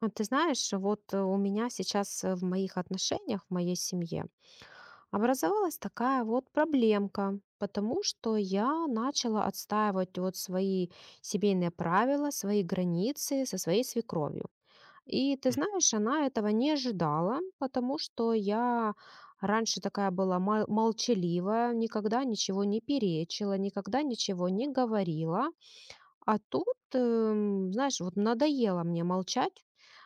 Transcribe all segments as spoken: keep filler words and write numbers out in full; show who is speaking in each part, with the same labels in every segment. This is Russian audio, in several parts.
Speaker 1: А ты знаешь, вот э, у меня сейчас, э, в моих отношениях, в моей семье образовалась такая вот проблемка, потому что я начала отстаивать вот свои семейные правила, свои границы со своей свекровью. И ты
Speaker 2: Мгм.
Speaker 1: знаешь, она этого не ожидала, потому что я раньше такая была мол- молчаливая, никогда ничего не перечила, никогда ничего не говорила. А тут, эм, знаешь, вот надоело мне молчать,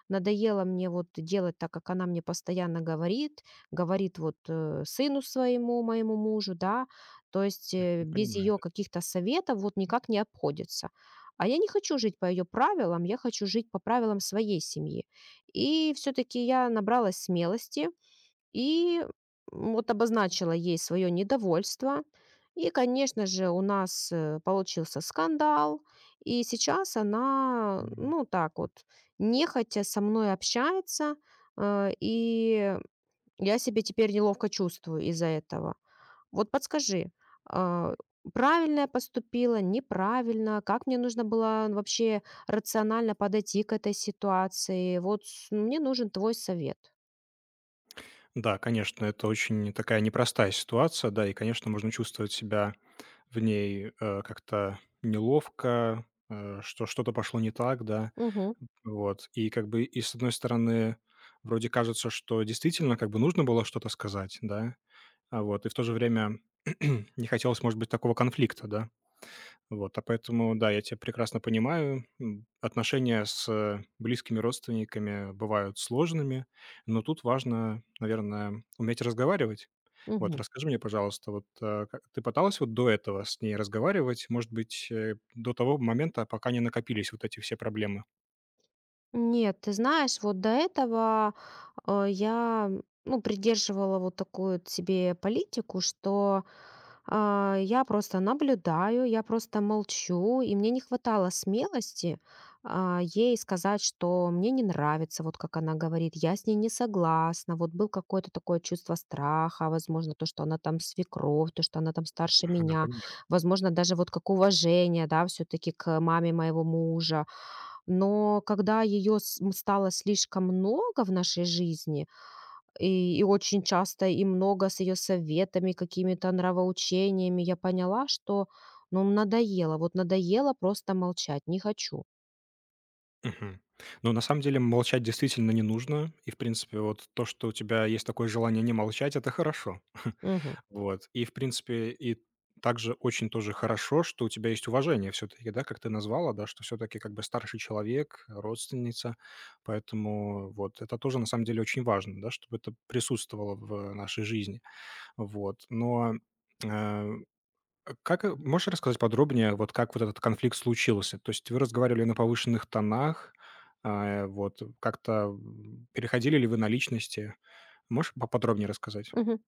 Speaker 1: надоело мне вот делать так, как она мне постоянно говорит, говорит вот э, сыну своему, моему мужу, да, то есть, э, без
Speaker 2: Понимаю,
Speaker 1: ее
Speaker 2: да.
Speaker 1: каких-то советов вот никак не обходится. А я не хочу жить по ее правилам, я хочу жить по правилам своей семьи. И все-таки я набралась смелости и вот обозначила ей свое недовольство. И, конечно же, у нас, э, получился скандал. И сейчас она,
Speaker 2: Мгм.
Speaker 1: ну так вот, нехотя со мной общается. э, И я себя теперь неловко чувствую из-за этого. Вот подскажи, а, правильно я поступила, неправильно? Как мне нужно было вообще рационально подойти к этой ситуации? Вот с- мне нужен твой совет.
Speaker 2: Да, конечно, это очень такая непростая ситуация, да, и, конечно, можно чувствовать себя в ней э, как-то неловко, э, что что-то пошло не так, да,
Speaker 1: Угу,
Speaker 2: вот. И как бы, и с одной стороны, вроде кажется, что действительно как бы нужно было что-то сказать, да, а вот, и в то же время не хотелось, может быть, такого конфликта, да, вот, а поэтому, да, я тебя прекрасно понимаю. М, Отношения с э, близкими родственниками бывают сложными, но тут важно, наверное, уметь разговаривать. Вот,
Speaker 1: угу.
Speaker 2: расскажи мне, пожалуйста, вот э, как- ты пыталась вот до этого с ней разговаривать, может быть, э, до того момента, пока не накопились вот эти все проблемы?
Speaker 1: Нет, ты знаешь, вот до этого, э, я, ну, придерживала вот такую вот себе политику, что, а, я просто наблюдаю, я просто молчу, и мне не хватало смелости, а, ей сказать, что мне не нравится, вот как она говорит, я с ней не согласна. Вот был какое-то такое чувство страха, возможно, то, что она там свекровь, то, что она там старше
Speaker 2: Ага,
Speaker 1: меня,
Speaker 2: понимаю.
Speaker 1: возможно, даже вот как уважение, да, все таки к маме моего мужа. Но когда ее стало слишком много в нашей жизни, и, и очень часто и много с ее советами, какими-то нравоучениями, я поняла, что, ну, надоело. Вот надоело просто молчать. Не хочу.
Speaker 2: Мгм. Ну, на самом деле, молчать действительно не нужно. И, в принципе, вот то, что у тебя есть такое желание не молчать, это хорошо.
Speaker 1: Мгм.
Speaker 2: Вот. И, в принципе, и также очень тоже хорошо, что у тебя есть уважение все-таки, да, как ты назвала, да, что все-таки как бы старший человек, родственница, поэтому вот это тоже на самом деле очень важно, да, чтобы это присутствовало в нашей жизни, вот. Но э, как, э, можешь рассказать подробнее, вот как вот этот конфликт случился? То есть вы разговаривали на повышенных тонах, а, вот, как-то м, переходили ли вы на личности? Можешь поподробнее рассказать?
Speaker 1: Мгм.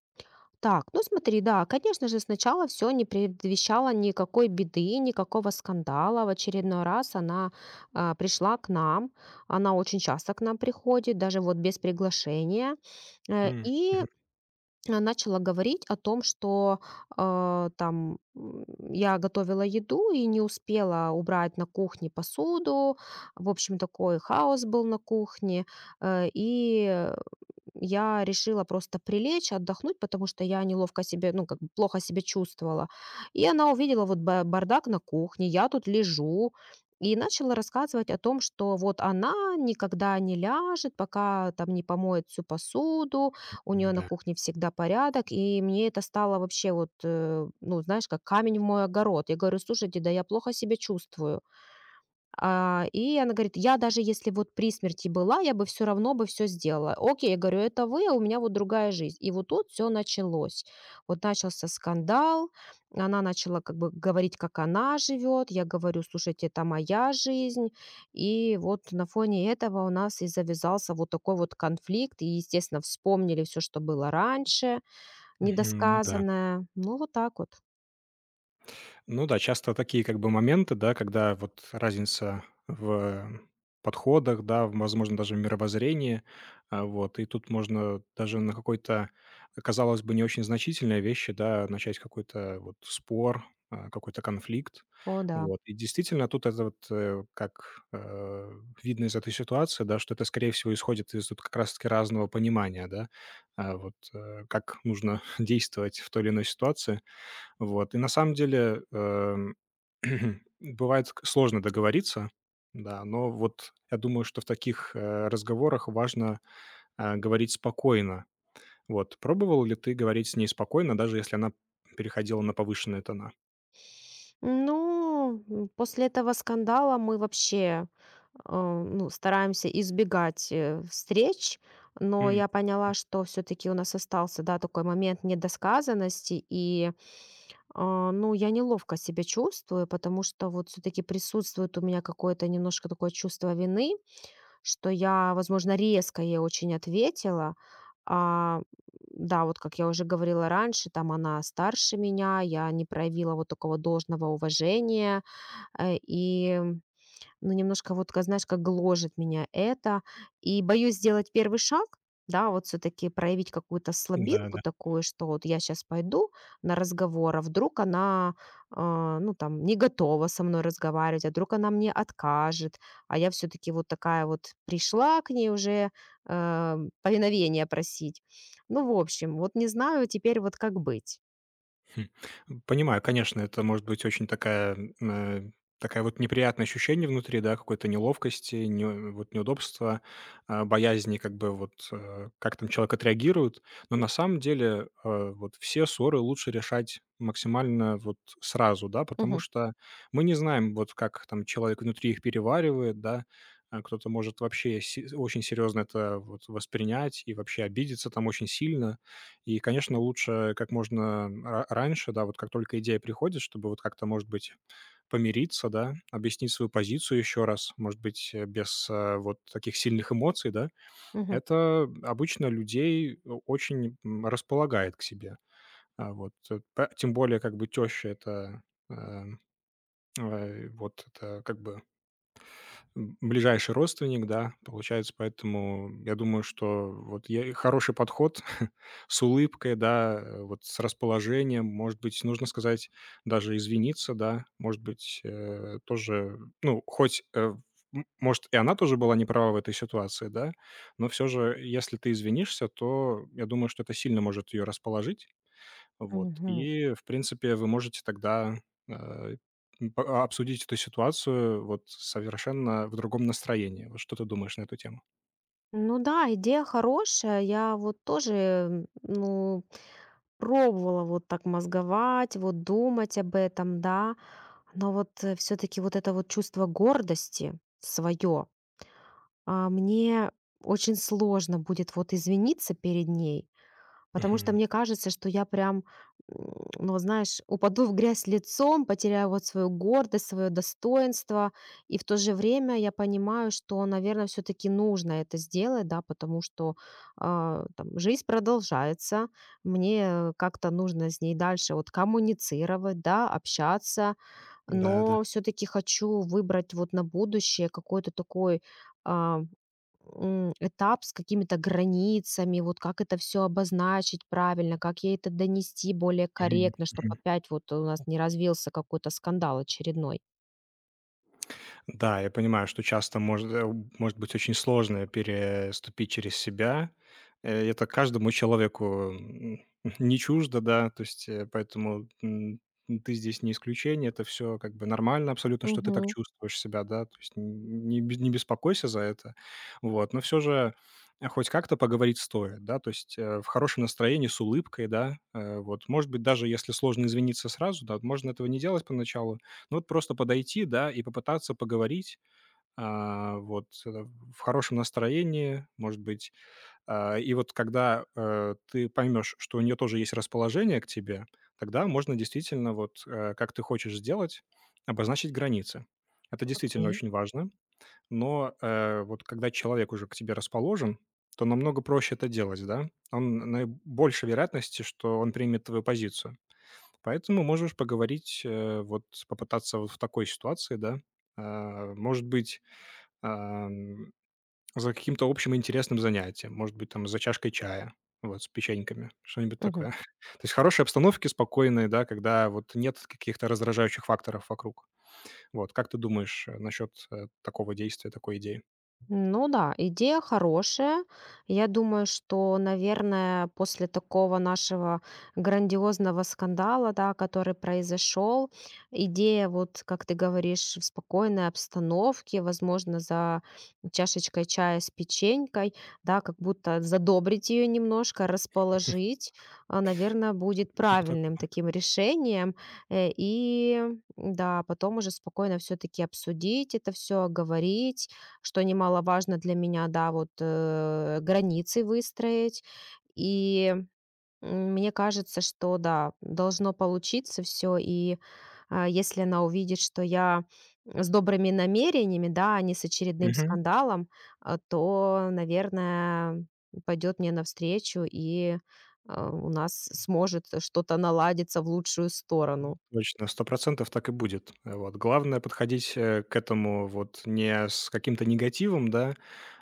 Speaker 1: Так, ну смотри, да, конечно же, сначала все не предвещало никакой беды, никакого скандала. В очередной раз она, а, пришла к нам. Она очень часто к нам приходит, даже вот без приглашения. Э,
Speaker 2: М,
Speaker 1: И,
Speaker 2: мгм.
Speaker 1: а, начала говорить о том, что, а, там м, я готовила еду и не успела убрать на кухне посуду. В общем, такой хаос был на кухне. Э, И я решила просто прилечь, отдохнуть, потому что я неловко себе, ну, как бы плохо себя чувствовала. И она увидела вот ба- бардак на кухне, я тут лежу, и начала рассказывать о том, что вот она никогда не ляжет, пока там не помоет всю посуду, у нее на
Speaker 2: Да.
Speaker 1: кухне всегда порядок, и мне это стало вообще вот, э, ну, знаешь, как камень в мой огород. Я говорю, слушайте, да я плохо себя чувствую. А, и она говорит: "Я даже если вот при смерти была, я бы все равно бы все сделала". Окей, я говорю: "Это вы, а у меня вот другая жизнь". И вот тут все началось. Вот начался скандал, она начала как бы говорить, как она живет. Я говорю: "Слушайте, это моя жизнь". И вот на фоне этого у нас и завязался вот такой вот конфликт. И, естественно, вспомнили все, что было раньше,
Speaker 2: Мгм. Ну да.
Speaker 1: недосказанное. Ну, вот так вот.
Speaker 2: Ну да, часто такие как бы моменты, да, когда вот разница в подходах, да, в- возможно, даже в мировоззрении, а, вот, и тут можно даже на какой-то, казалось бы, не очень значительной вещи, да, начать какой-то вот спор, а, какой-то конфликт,
Speaker 1: О да.
Speaker 2: вот. И действительно тут это вот э, как э, видно из этой ситуации, да, что это, скорее всего, исходит из тут как раз-таки разного понимания, да, а, вот э, как нужно действовать в той или иной ситуации, вот. И на самом деле, эм, бывает к сложно договориться, да, но вот я думаю, что в таких, э, разговорах важно, э, говорить спокойно. Вот. Пробовал ли ты говорить с ней спокойно, даже если она переходила на повышенные тона?
Speaker 1: Ну, м, после этого скандала мы вообще, э, ну, стараемся избегать, э, встреч, но
Speaker 2: М.
Speaker 1: я поняла, что все таки у нас остался, да, такой момент недосказанности, и, а, ну, я неловко себя чувствую, потому что вот все таки присутствует у меня какое-то немножко такое чувство вины, что я, возможно, резко ей очень ответила. А, да, вот как я уже говорила раньше, там она старше меня, я не проявила вот такого должного уважения. Э, и, ну, немножко вот, ка- знаешь, как гложет меня это. И боюсь сделать первый шаг, да, вот все-таки проявить какую-то слабинку
Speaker 2: Да-да.
Speaker 1: такую, что вот я сейчас пойду на разговор, а вдруг она, а, ну, там, не готова со мной разговаривать, а вдруг она мне откажет, а я все-таки вот такая вот пришла к ней уже, э, повиновение просить. Ну, в общем, вот не знаю теперь вот как быть.
Speaker 2: Хм. Понимаю, конечно, это может быть очень такая, э, такая вот неприятное ощущение внутри, да, какой-то неловкости, не, э, вот неудобства, а, боязни, как бы вот э, как там человек отреагирует. Но на самом деле э, вот все ссоры лучше решать максимально вот сразу, да, потому
Speaker 1: Мгм,
Speaker 2: что мы не знаем, вот как там человек внутри их переваривает, да, а кто-то может вообще се- очень серьезно это вот воспринять и вообще обидеться там очень сильно. И, конечно, лучше как можно ра раньше, да, вот как только идея приходит, чтобы вот как-то, может быть, помириться, да, объяснить свою позицию еще раз, может быть, э, без, э, вот таких сильных эмоций, да.
Speaker 1: мгм.
Speaker 2: Это обычно людей о очень, м, располагает к себе. А, вот, э, п тем более как бы теща- это, э, э, вот это как бы ближайший родственник, да, получается. Поэтому я думаю, что вот я хороший подход с улыбкой, да, э, вот с расположением, может быть, нужно сказать, даже извиниться, да, может быть, э, тоже, ну, хоть, э, м, может, и она тоже была не права в этой ситуации, да, но все же, если ты извинишься, то я думаю, что это сильно может ее расположить, вот.
Speaker 1: Мгм.
Speaker 2: И, в принципе, вы можете тогда, э, м, по а обсудить эту ситуацию вот совершенно в другом настроении. Вот что ты думаешь на эту тему?
Speaker 1: Ну да, идея хорошая. Я вот тоже, м, ну, пробовала вот так мозговать, вот думать об этом, да. Но вот все-таки вот это вот чувство гордости свое, мне очень сложно будет вот извиниться перед ней. Потому что
Speaker 2: Мгм.
Speaker 1: мне кажется, что я прям, м, ну, знаешь, упаду в грязь лицом, потеряю вот свою гордость, свое достоинство. И в то же время я понимаю, что, наверное, все-таки нужно это сделать, да, потому что, а, там, жизнь продолжается, мне как-то нужно с ней дальше вот коммуницировать, да, общаться,
Speaker 2: Да, да.
Speaker 1: но все-таки хочу выбрать вот на будущее какой-то такой, а, м, этап с какими-то границами, вот как это все обозначить правильно, как ей это донести более
Speaker 2: Мгм.
Speaker 1: корректно, чтобы
Speaker 2: Мгм.
Speaker 1: опять вот у нас не развился какой-то скандал очередной.
Speaker 2: Да, я понимаю, что часто может, э, может быть очень сложно переступить через себя. Э, Это каждому человеку м, не чуждо, да, то есть э, поэтому м, ты здесь не исключение, это все как бы нормально абсолютно, что ты так
Speaker 1: Мгм.
Speaker 2: чувствуешь себя, да, то есть н- не, бес- не беспокойся за это, вот, но все же э, хоть как-то поговорить стоит, да, то есть э, в хорошем настроении, с улыбкой, да, э, вот, может быть, даже если сложно извиниться сразу, да, вот можно этого не делать поначалу, ну, вот просто подойти, да, и попытаться поговорить, а, вот, э, в хорошем настроении, может быть. А, и вот когда, э, ты поймешь, что у нее тоже есть расположение к тебе, тогда можно действительно вот, э, как ты хочешь сделать, обозначить границы. Это действительно
Speaker 1: Окей.
Speaker 2: очень важно. Но, э, вот когда человек уже к тебе расположен, то намного проще это делать, да. Он наибольшей вероятности, что он примет твою позицию. Поэтому можешь поговорить, э, вот попытаться вот в такой ситуации, да, а, может быть, ам, за каким-то общим интересным занятием, может быть, там за чашкой чая, вот, с печеньками, что-нибудь такое.
Speaker 1: Мгм.
Speaker 2: То есть хорошей обстановки, спокойной, да, когда вот нет каких-то раздражающих факторов вокруг. Вот, как ты думаешь, э, насчет, э, такого действия, такой идеи?
Speaker 1: Ну да, идея хорошая. Я думаю, что, наверное, после такого нашего грандиозного скандала, да, который произошел, идея, вот как ты говоришь, в спокойной обстановке, возможно, за чашечкой чая с печенькой, да, как будто задобрить ее немножко, расположить, а, наверное, будет
Speaker 2: Типа такого.
Speaker 1: правильным таким решением. Э, И да, потом уже спокойно все-таки обсудить это все, говорить, что немаловажно для меня, да, вот, э, границы выстроить. И, м, мне кажется, что да, должно получиться все. И, а, если она увидит, что я с добрыми намерениями, да, а не с очередным скандалом, а, то, наверное, пойдет мне навстречу, и, а, у нас сможет что-то наладиться в лучшую сторону.
Speaker 2: Точно, сто процентов так и будет. Э, вот. Главное подходить, э, к этому вот не с каким-то негативом, да,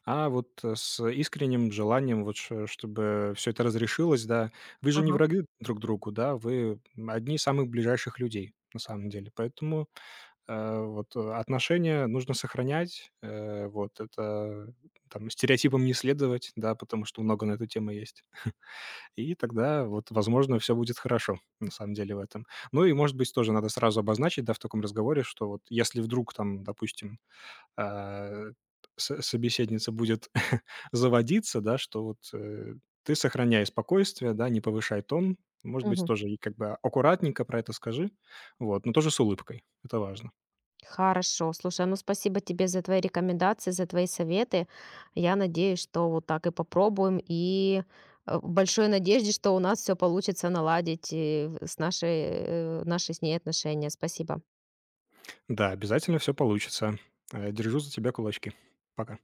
Speaker 2: а вот, э, с искренним желанием, вот ш чтобы все это разрешилось, да. Вы же не
Speaker 1: Ага.
Speaker 2: враги друг другу, да, вы, одни из самых ближайших людей на самом деле. Поэтому, э, вот, э, отношения нужно сохранять, э, вот, это там стереотипам не следовать, да, потому что много на эту тему есть. И тогда вот, возможно, все будет хорошо, на самом деле, в этом. Ну и, может быть, тоже надо сразу обозначить, да, в таком разговоре, что вот если вдруг там, допустим, а, со собеседница будет заводиться, да, что вот, э, ты сохраняй спокойствие, да, не повышай тон. Может быть,
Speaker 1: Мгм.
Speaker 2: тоже и как бы аккуратненько про это скажи, вот, но тоже с улыбкой. Это важно.
Speaker 1: Хорошо. Слушай, ну спасибо тебе за твои рекомендации, за твои советы. Я надеюсь, что вот так и попробуем. И э, в большой надежде, что у нас все получится наладить, э, с нашей, э, наши с ней отношения. Спасибо.
Speaker 2: Да, обязательно все получится. Э, держу за тебя кулачки. Пока.